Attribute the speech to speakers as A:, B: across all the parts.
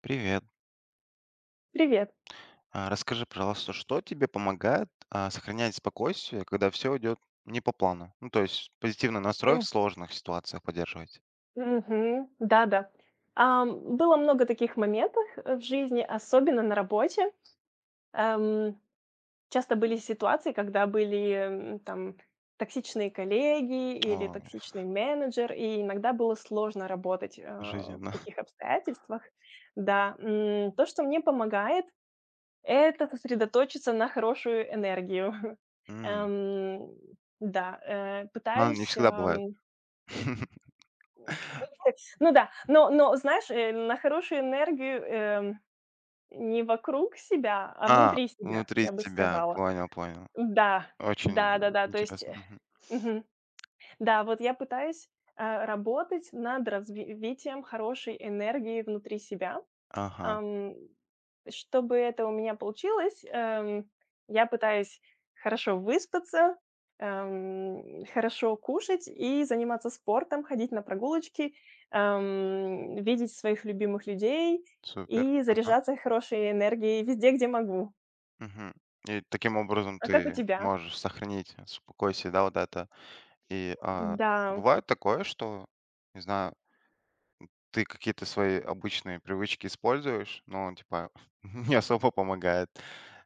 A: Привет.
B: Привет.
A: Расскажи, пожалуйста, что тебе помогает сохранять спокойствие, когда все идет не по плану? Ну, то есть позитивный настрой в
B: М,
A: сложных ситуациях поддерживать.
B: мгм. Да-да. Было много таких моментов, в жизни, особенно на работе. Эм, часто были ситуации, когда были, там токсичные коллеги или
A: Ой,
B: токсичный менеджер, и иногда было сложно работать, в
A: жизненно.
B: таких обстоятельствах. Да, то, что мне помогает — это сосредоточиться на хорошую энергию.
A: М,
B: Эм, да, э,
A: А, не
B: пытаюсь,
A: всегда бывает.
B: эм Ну да, но знаешь, на хорошую энергию, не вокруг себя, а
A: А,
B: внутри себя,
A: внутри
B: я бы
A: тебя.
B: сказала.
A: Понял, понял.
B: Да,
A: Очень
B: да-да-да, то есть,
A: интересно. Мгм.
B: мгм. Да, вот я пытаюсь, работать над развитием хорошей энергии внутри себя.
A: Ага,
B: Ам, чтобы это у меня получилось, я пытаюсь хорошо выспаться, хорошо кушать и заниматься спортом, ходить на прогулочки, видеть своих любимых людей
A: супер.
B: и
A: Ага.
B: заряжаться хорошей энергией везде, где могу.
A: Мгм. И таким образом
B: А как у
A: ты
B: тебя?
A: можешь сохранить спокойствие, да, вот это. И а,
B: Да.
A: бывает такое, что, не знаю, ты какие-то свои обычные привычки используешь, но, типа, не особо помогает.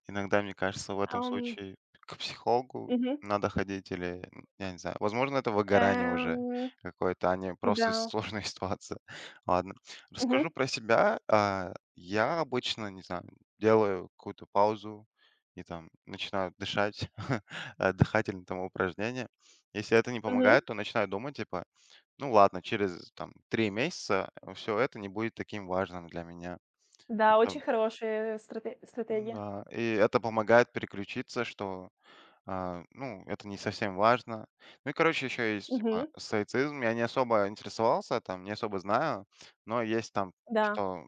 A: Иногда, мне кажется, в этом
B: Ам,
A: случае к психологу
B: мгм.
A: надо ходить или, я не знаю, возможно, это выгорание уже
B: Эм,
A: какое-то, а не
B: да.
A: просто сложная ситуация. Ладно,
B: Мгм,
A: расскажу про себя. Я обычно, не знаю, делаю какую-то паузу и там начинаю дышать, дыхательные там упражнения. Если это не
B: мгм.
A: помогает, то начинаю думать, типа, ну ладно, через там 3 месяца все это не будет таким важным для меня.
B: Да,
A: Это
B: очень хорошая стратегия.
A: м-да, и это помогает переключиться, что, ну, это не совсем важно. Ну и, короче, еще есть,
B: Мгм.
A: типа, стоицизм. Я не особо интересовался там, не особо знаю, но есть там,
B: Да.
A: что,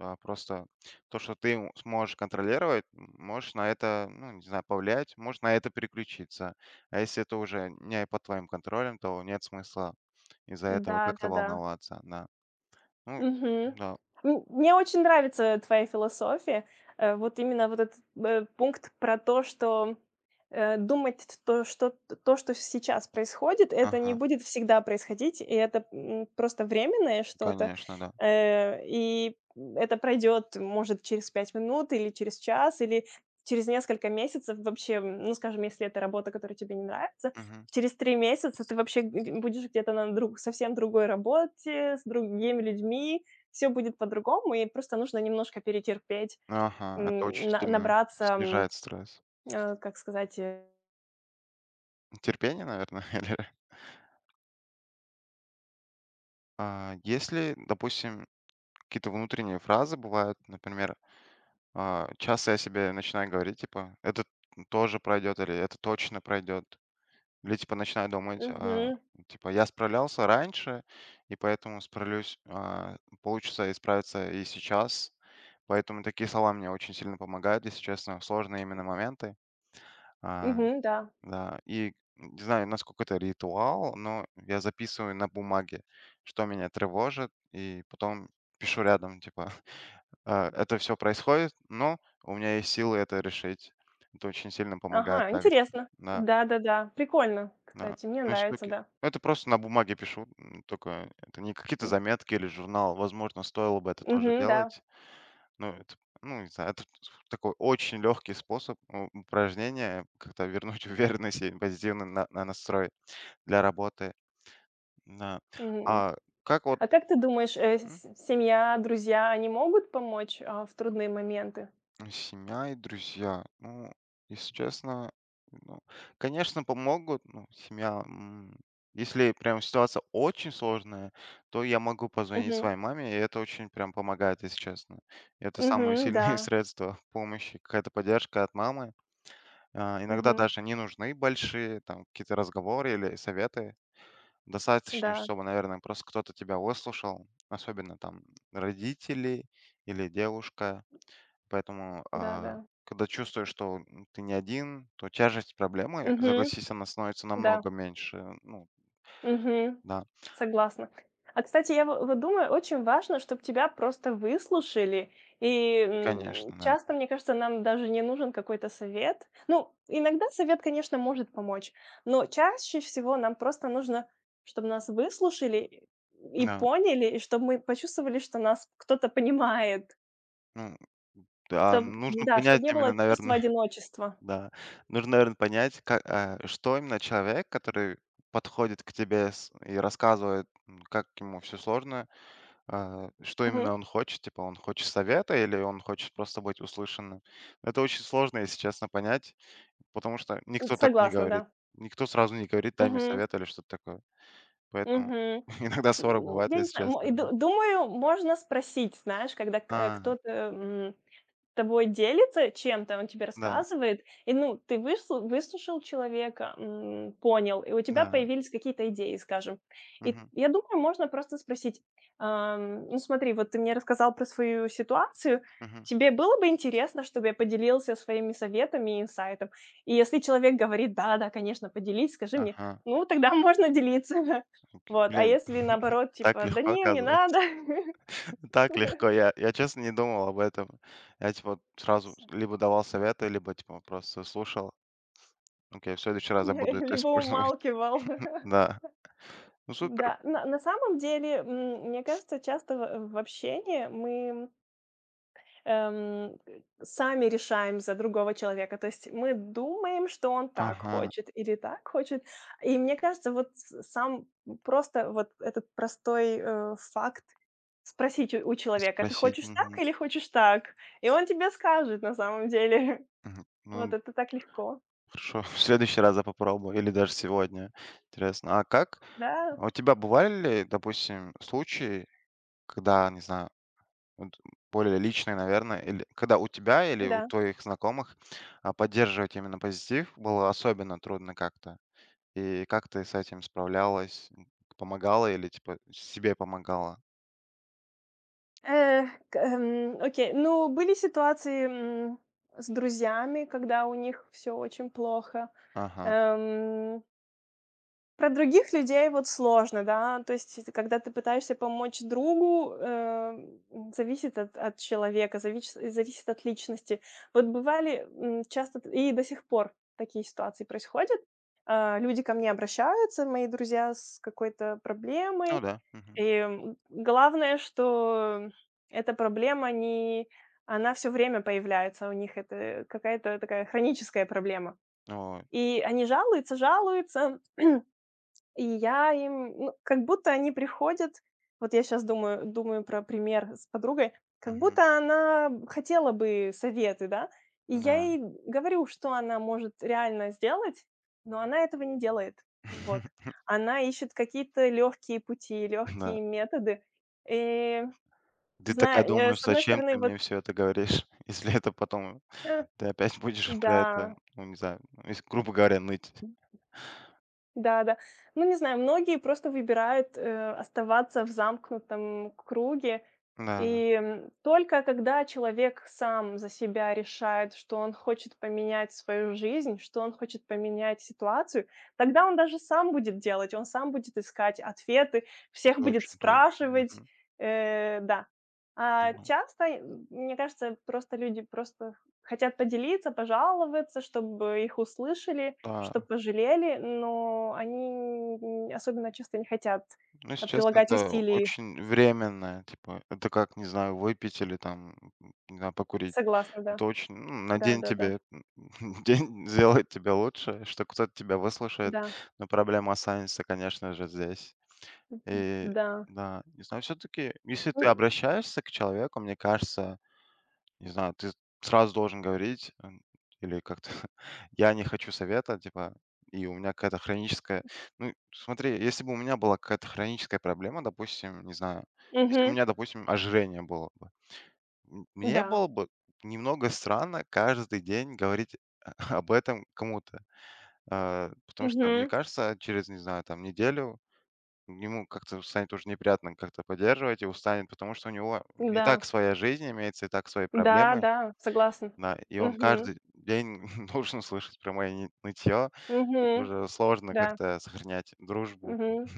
A: просто то, что ты сможешь контролировать, можешь на это, ну, не знаю, повлиять, можешь на это переключиться. А если это уже не под твоим контролем, то нет смысла из-за этого как-то
B: Да-да-да.
A: волноваться, да. Ну
B: Мгм.
A: да.
B: Мне очень нравится твоя философия. Вот именно вот этот, пункт про то, что, э, думать т то, что сейчас происходит, это не
A: Ага,
B: будет всегда происходить, и это, просто временное что-то,
A: конечно, да.
B: и это пройдет, может, через 5 минут или через час, или через несколько месяцев вообще, ну, скажем, если это работа, которая тебе не нравится.
A: Мгм.
B: Через 3 месяца ты вообще г будешь где-то на друг совсем другой работе, с другими людьми, все будет по-другому, и просто нужно немножко перетерпеть,
A: Ага, это очень
B: м, на
A: сильно
B: набраться,
A: снижает стресс.
B: как сказать.
A: Терпение, наверное, или если, допустим, какие-то внутренние фразы бывают, например, часто я себе начинаю говорить, типа, это тоже пройдет, или это точно пройдет. Или, типа, начинаю думать,
B: Мгм.
A: типа, я справлялся раньше, и поэтому справлюсь, получится исправиться и сейчас. Поэтому такие слова мне очень сильно помогают, если честно, в сложные именно моменты. А,
B: Мгм, да.
A: да, и не знаю, насколько это ритуал, но я записываю на бумаге, что меня тревожит, и потом пишу рядом, типа, «А, это все происходит, но у меня есть силы это решить». Это очень сильно помогает
B: Ага,
A: также.
B: интересно.
A: Да,
B: Да-да-да, прикольно,
A: да.
B: кстати, мне
A: Ну,
B: нравится,
A: штуки.
B: да.
A: Это просто на бумаге пишу, только это не какие-то
B: М.
A: заметки или журнал. Возможно, стоило бы это тоже
B: Мгм, да.
A: делать. Ну, это, ну, не знаю, это такой очень легкий способ упражнения как-то вернуть уверенность и позитивный на настрой для работы. Да.
B: Мгм.
A: А как вот
B: А как ты думаешь, э,
A: м,
B: с семья, друзья, они могут помочь, в трудные моменты?
A: семья и друзья? Ну, если честно, ну, конечно, помогут. Ну, семья, если прям ситуация очень сложная, то я могу позвонить
B: Мгм.
A: своей маме, и это очень прям помогает, если честно. Это самое
B: Мгм, да.
A: сильное средство помощи, какая-то поддержка от мамы. А, иногда
B: Мгм.
A: даже не нужны большие там какие-то разговоры или советы. Достаточно,
B: Да.
A: чтобы, наверное, просто кто-то тебя выслушал, особенно там родители или девушка. Поэтому,
B: Да-да.
A: когда чувствуешь, что ты не один, то тяжесть проблемы,
B: Мгм.
A: согласись, она становится
B: Да.
A: намного меньше. Ну,
B: Мгм.
A: да,
B: Согласна. Кстати, я во вот думаю, очень важно, чтобы тебя просто выслушали. И,
A: конечно, да.
B: часто, мне кажется, нам даже не нужен какой-то совет. Ну, иногда совет, конечно, может помочь, но чаще всего нам просто нужно, чтобы нас выслушали и
A: Да.
B: поняли, и чтобы мы почувствовали, что нас кто-то понимает.
A: Ну, да,
B: Чтоб
A: нужно
B: да,
A: понять
B: чтобы не было
A: именно,
B: чувства
A: наверное.
B: одиночества.
A: Да. Нужно, наверное, понять, что именно человек, который подходит к тебе с и рассказывает, как ему все сложно, что
B: Мгм.
A: именно он хочет. Типа он хочет совета или он хочет просто быть услышанным. Это очень сложно, если честно, понять, потому что никто так не
B: Согласна,
A: говорит.
B: да.
A: Никто сразу не говорит: "Дай мне
B: Мгм.
A: совет" или что-то такое. Поэтому
B: Мгм.
A: иногда ссоры
B: Ну,
A: бывают,
B: я не
A: если
B: знаю, мо
A: честно,
B: и
A: у меня.
B: ду думаю, можно спросить, знаешь, когда
A: А,
B: кто-то, тобой делится чем-то, он тебе
A: да,
B: рассказывает, и, ну, ты выслушал человека, понял, и у тебя
A: да.
B: появились какие-то идеи, скажем. И
A: Мгм,
B: я думаю, можно просто спросить: "Ну, смотри, вот ты мне рассказал про свою ситуацию,
A: мгм.
B: тебе было бы интересно, чтобы я поделился своими советами и инсайтом?" И если человек говорит: "Да-да, конечно, поделись, скажи мне",
A: Ага,
B: ну, тогда можно делиться.
A: окей.
B: Вот, а
A: Блин,
B: если наоборот,
A: так
B: типа: "Да
A: легко,
B: не, не надо",
A: оказывается. Так легко. Я честно не думал об этом. Я типа сразу либо давал советы, либо типа просто слушал. Окей, в следующий раз я буду это
B: либо
A: использовать.
B: умалкивал.
A: Да. Ну супер.
B: Да, на самом деле, мне кажется, часто в общении мы, эм, сами решаем за другого человека. То есть мы думаем, что он так
A: Ага.
B: хочет или так хочет. И мне кажется, вот с сам просто вот этот простой, факт спросить у
A: И
B: человека: "Ты
A: спросить.
B: хочешь так
A: Мгм.
B: или хочешь так?" И он тебе скажет на самом деле.
A: Мгм.
B: Вот
A: Ну
B: это так легко.
A: хорошо. В следующий раз я попробую. Или даже сегодня. Интересно. А как?
B: Да,
A: У тебя бывали ли, допустим, случаи, когда, не знаю, вот более личные, наверное, или когда у тебя или у
B: да.
A: твоих знакомых поддерживать именно позитив было особенно трудно как-то? И как ты с этим справлялась? Помогала или, типа, себе помогала?
B: Э, к окей. Ну, были ситуации, с друзьями, когда у них все очень плохо.
A: Ага.
B: Эм. Про других людей вот сложно, да. То есть, это когда ты пытаешься помочь другу, зависит от человека, зависит от личности. Вот бывали, часто т и до сих пор такие ситуации происходят. Люди ко мне обращаются, мои друзья, с какой-то
A: Ну
B: проблемой.
A: да.
B: И,
A: Мгм.
B: главное, что эта проблема не она все время появляется у них. Это какая-то такая хроническая проблема.
A: Ой.
B: И они жалуются, жалуются. И я им, ну, как будто они приходят, вот я сейчас думаю про пример с подругой, как
A: Мгм.
B: будто она хотела бы советы, да, и я
A: Да.
B: ей говорю, что она может реально сделать, но она этого не делает. Вот. Она ищет какие-то легкие пути,
A: Да.
B: легкие методы. И
A: Ты такая
B: знаю, с
A: думаешь:
B: одной
A: "Зачем
B: стороны,
A: ты
B: вот,
A: мне все это говоришь, если это потом
B: э,
A: ты опять будешь про
B: да.
A: это, ну, не знаю, ну, если, грубо говоря, ныть".
B: Да-да. Ну, не знаю, многие просто выбирают, оставаться в замкнутом круге.
A: Да,
B: И, только когда человек сам за себя решает, что он хочет поменять свою жизнь, что он хочет поменять ситуацию, тогда он даже сам будет делать, он сам будет искать ответы, всех будет
A: точно, точно.
B: спрашивать,
A: Мгм.
B: да. А
A: Ну
B: часто, мне кажется, просто люди просто хотят поделиться, пожаловаться, чтобы их услышали, что
A: да.
B: пожалели, но они н особенно часто не хотят,
A: Ну, если честно,
B: прилагать
A: это
B: усилий.
A: очень временно. Типа, это как, не знаю, выпить или там, не знаю, покурить.
B: Согласна, да.
A: Это очень, на день
B: Да-да-да.
A: тебе, день сделает тебя лучше, что кто-то тебя выслушает,
B: Да, да.
A: но проблема останется, конечно же, здесь.
B: Да,
A: И
B: да.
A: да, не знаю, все-таки, если ты
B: М,
A: обращаешься к человеку, мне кажется, не знаю, ты сразу должен говорить или как-то я не хочу совета, типа, и у меня какая-то хроническая... Ну, смотри, если бы у меня была какая-то хроническая проблема, допустим, не знаю, если у
B: мгм,
A: меня, допустим, ожирение было, мне
B: да.
A: было бы немного странно каждый день говорить об этом кому-то. Потому что, мне
B: Мгм,
A: кажется, через, не знаю, там неделю ему как-то станет уже неприятно как-то поддерживать и устанет, потому что у него и так
B: да.
A: своя жизнь имеется, и так свои проблемы.
B: Да-да, согласна.
A: Да, и он
B: Мгм,
A: каждый день должен слышать про мои ни нытьё. Это
B: мгм.
A: уже сложно
B: Да.
A: как-то сохранять дружбу.
B: Мгм.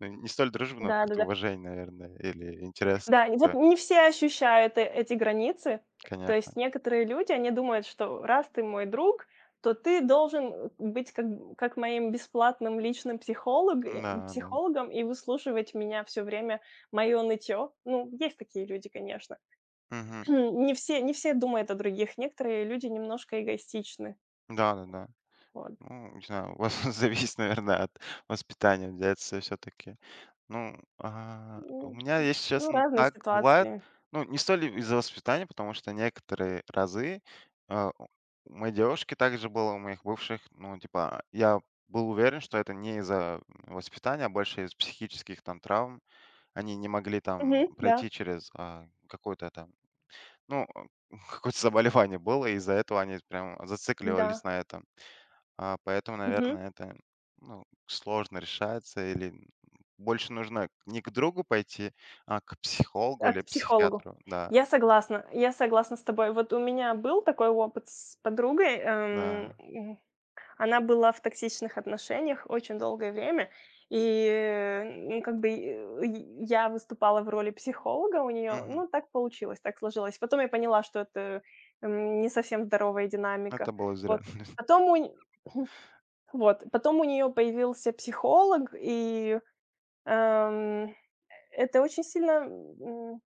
A: Ну, не столь дружбу, но как-то
B: Да-да-да.
A: уважение, наверное, или интерес
B: Да, и вот
A: к
B: не все ощущают эти границы. То есть
A: конечно.
B: некоторые люди, они думают, что раз ты мой друг, то ты должен, быть как моим бесплатным личным
A: Да, да.
B: психологом и выслушивать меня все время, мое нытье. Ну, есть такие люди, конечно.
A: Мгм.
B: Не все думают о других, некоторые люди немножко эгоистичны.
A: Да-да-да.
B: Вот.
A: Ну, не знаю, у вас зависит, наверное, от воспитания взяться все таки. Ну, у
B: Ну,
A: меня, если
B: ну,
A: честно,
B: разные
A: так бывает.
B: ситуации.
A: Ну, не столь из-за воспитания, потому что некоторые разы, а, у у моей девушки также было, у моих бывших, ну, типа, я был уверен, что это не из-за воспитания, а больше из психических там травм. Они не могли там
B: Мгм. Да,
A: пройти через, какое-то там, ну, какое-то заболевание было, и из-за этого они прям зацикливались
B: да.
A: на этом. Поэтому,
B: Мгм.
A: наверное, это, ну, сложно решается или, больше нужно не к другу пойти, а к психологу или
B: К психологу.
A: психиатру. Да,
B: Я согласна с тобой. Вот у меня был такой опыт с подругой.
A: да.
B: Она была в токсичных отношениях очень долгое время, и, ну, как бы, и я выступала в роли психолога у нее.
A: Мгм.
B: Ну, так получилось, так сложилось. Потом я поняла, что это, не совсем здоровая динамика.
A: Это было зря.
B: Вот. Потом у нь вот, потом у неё появился психолог, и, эм, это очень сильно,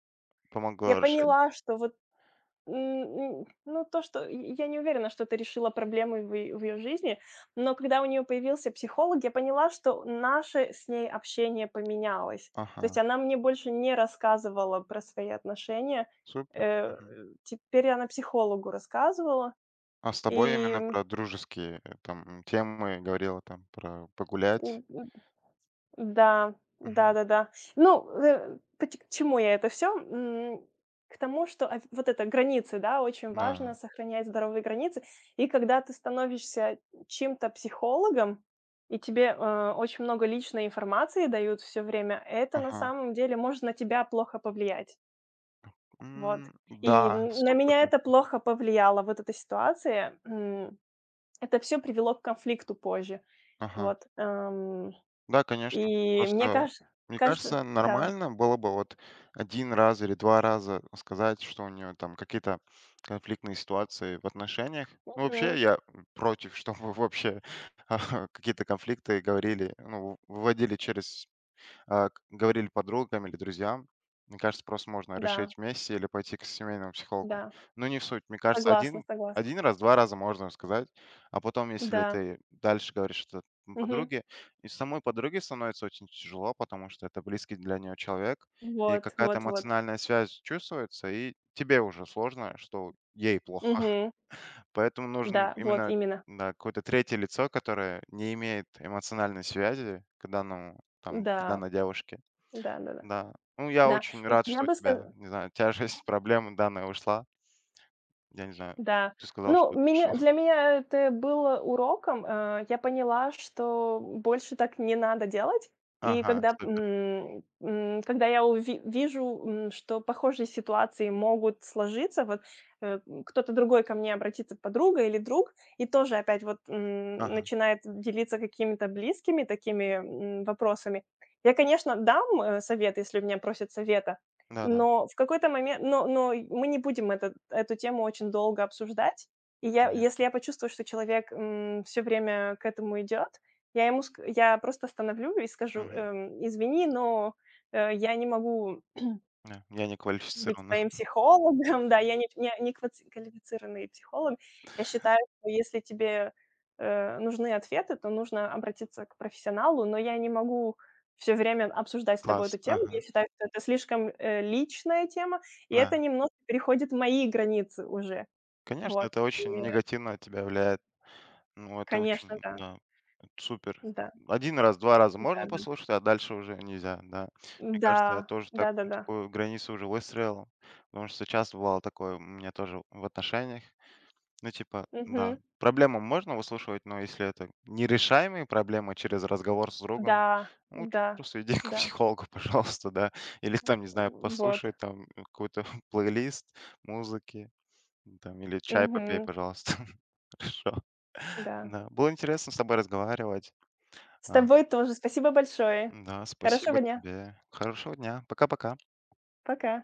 B: я
A: Помогло решить.
B: поняла, что вот, м, ну, то, что и я не уверена, что это решило проблемы в её жизни, но когда у нее появился психолог, я поняла, что наше с ней общение поменялось. То
A: Ага,
B: есть она мне больше не рассказывала про свои отношения, э,
A: супер.
B: э,
A: Мгм.
B: теперь она психологу рассказывала,
A: А с тобой
B: и,
A: именно про дружеские, там, темы говорила, там, про погулять?
B: м, м Да,
A: Мгм.
B: да-да-да. Ну, э, поч к чему я это все? К тому, что ав вот это границы, да, очень важно
A: Да.
B: сохранять здоровые границы. И когда ты становишься чем то психологом, и тебе, очень много личной информации дают все время, это на
A: Ага.
B: самом деле может на тебя плохо повлиять. Вот. И
A: Да,
B: н на
A: сто
B: меня это
A: процентов.
B: плохо повлияло, вот эта ситуация. Это все привело к конфликту позже.
A: Ага.
B: Вот.
A: Да, конечно.
B: И мне
A: Просто,
B: кажется,
A: мне
B: кажется
A: кажется,
B: да,
A: нормально было бы вот 1 раз или 2 раза сказать, что у нее там какие-то конфликтные ситуации в отношениях. Ну,
B: мгм,
A: вообще, я против, чтобы вообще, какие-то конфликты говорили, ну, выводили через говорили подругам или друзьям. Мне кажется, просто можно
B: да,
A: решить вместе или пойти к семейному психологу.
B: да,
A: Но не в суть. Мне кажется,
B: согласна, согласна,
A: один раз, 2 раза можно сказать. А потом, если
B: да,
A: ты дальше говоришь что
B: мгм,
A: подруге, и самой подруге становится очень тяжело, потому что это близкий для нее человек, и
B: вот,
A: какая-то
B: вот, вот,
A: эмоциональная связь чувствуется, и тебе уже сложно, что ей плохо.
B: мгм,
A: Поэтому нужен
B: да, вот
A: именно
B: именно,
A: да, какое-то третье лицо, которое не имеет эмоциональной связи к данному, там, к
B: да,
A: данной девушке.
B: да-да-да, да. да,
A: Да. Ну, я
B: да.
A: очень рад,
B: Я
A: что у
B: бы ска
A: тебя, не знаю, тяжесть проблемы данная ушла. Я не знаю,
B: Да.
A: ты сказал,
B: Ну,
A: что это
B: меня
A: пришло.
B: для меня это было уроком. Я поняла, что больше так не надо делать. И
A: Ага,
B: когда,
A: супер.
B: когда я уви вижу, что похожие ситуации могут сложиться, вот, кто-то другой ко мне обратится, подруга или друг, и тоже опять вот,
A: Ага.
B: начинает делиться какими-то близкими такими, вопросами. Я, конечно, дам, совет, если у меня просят совета,
A: Да-да,
B: но в какой-то момент но мы не будем этот эту тему очень долго обсуждать. И я если
A: конечно.
B: я почувствую, что человек, все время к этому идет, я ему ск я просто остановлю и скажу,
A: Мгм.
B: "Извини, но, я не могу
A: Да. Я не
B: быть
A: квалифицирован.
B: своим психологом, да, я не кваци квалифицированный психолог. Я считаю, что если тебе, нужны ответы, то нужно обратиться к профессионалу, но я не могу все время обсуждать с тобой эту
A: Класс.
B: тему. Я
A: Ага.
B: считаю, что это слишком, личная тема, и это
A: Да.
B: немножко переходит мои границы уже.
A: Конечно,
B: Вот.
A: это очень
B: И,
A: негативно от тебя влияет. Ну, это
B: конечно,
A: очень,
B: да.
A: да, это супер.
B: Да,
A: Один раз, 2 раза можно
B: да-да.
A: послушать, а дальше уже нельзя, да. Мне кажется, я
B: Да,
A: тоже так
B: да-да-да.
A: такую границу уже выстроил, потому что часто бывало такое у меня тоже в отношениях. Ну, типа,
B: Мгм.
A: да. Проблему можно выслушивать, но если это нерешаемые проблемы через разговор с другом,
B: Да,
A: ну, лучше
B: да,
A: просто иди к
B: да.
A: психологу, пожалуйста, да. Или там, не знаю,
B: Вот.
A: послушай там какой-то плейлист музыки, там, или чай попей,
B: Мгм.
A: пожалуйста. Хорошо.
B: Да.
A: Да, было интересно с тобой разговаривать.
B: С
A: А,
B: тобой тоже. Спасибо большое.
A: да, спасибо
B: Хорошего дня.
A: тебе. Хорошего дня. Пока-пока.
B: Пока.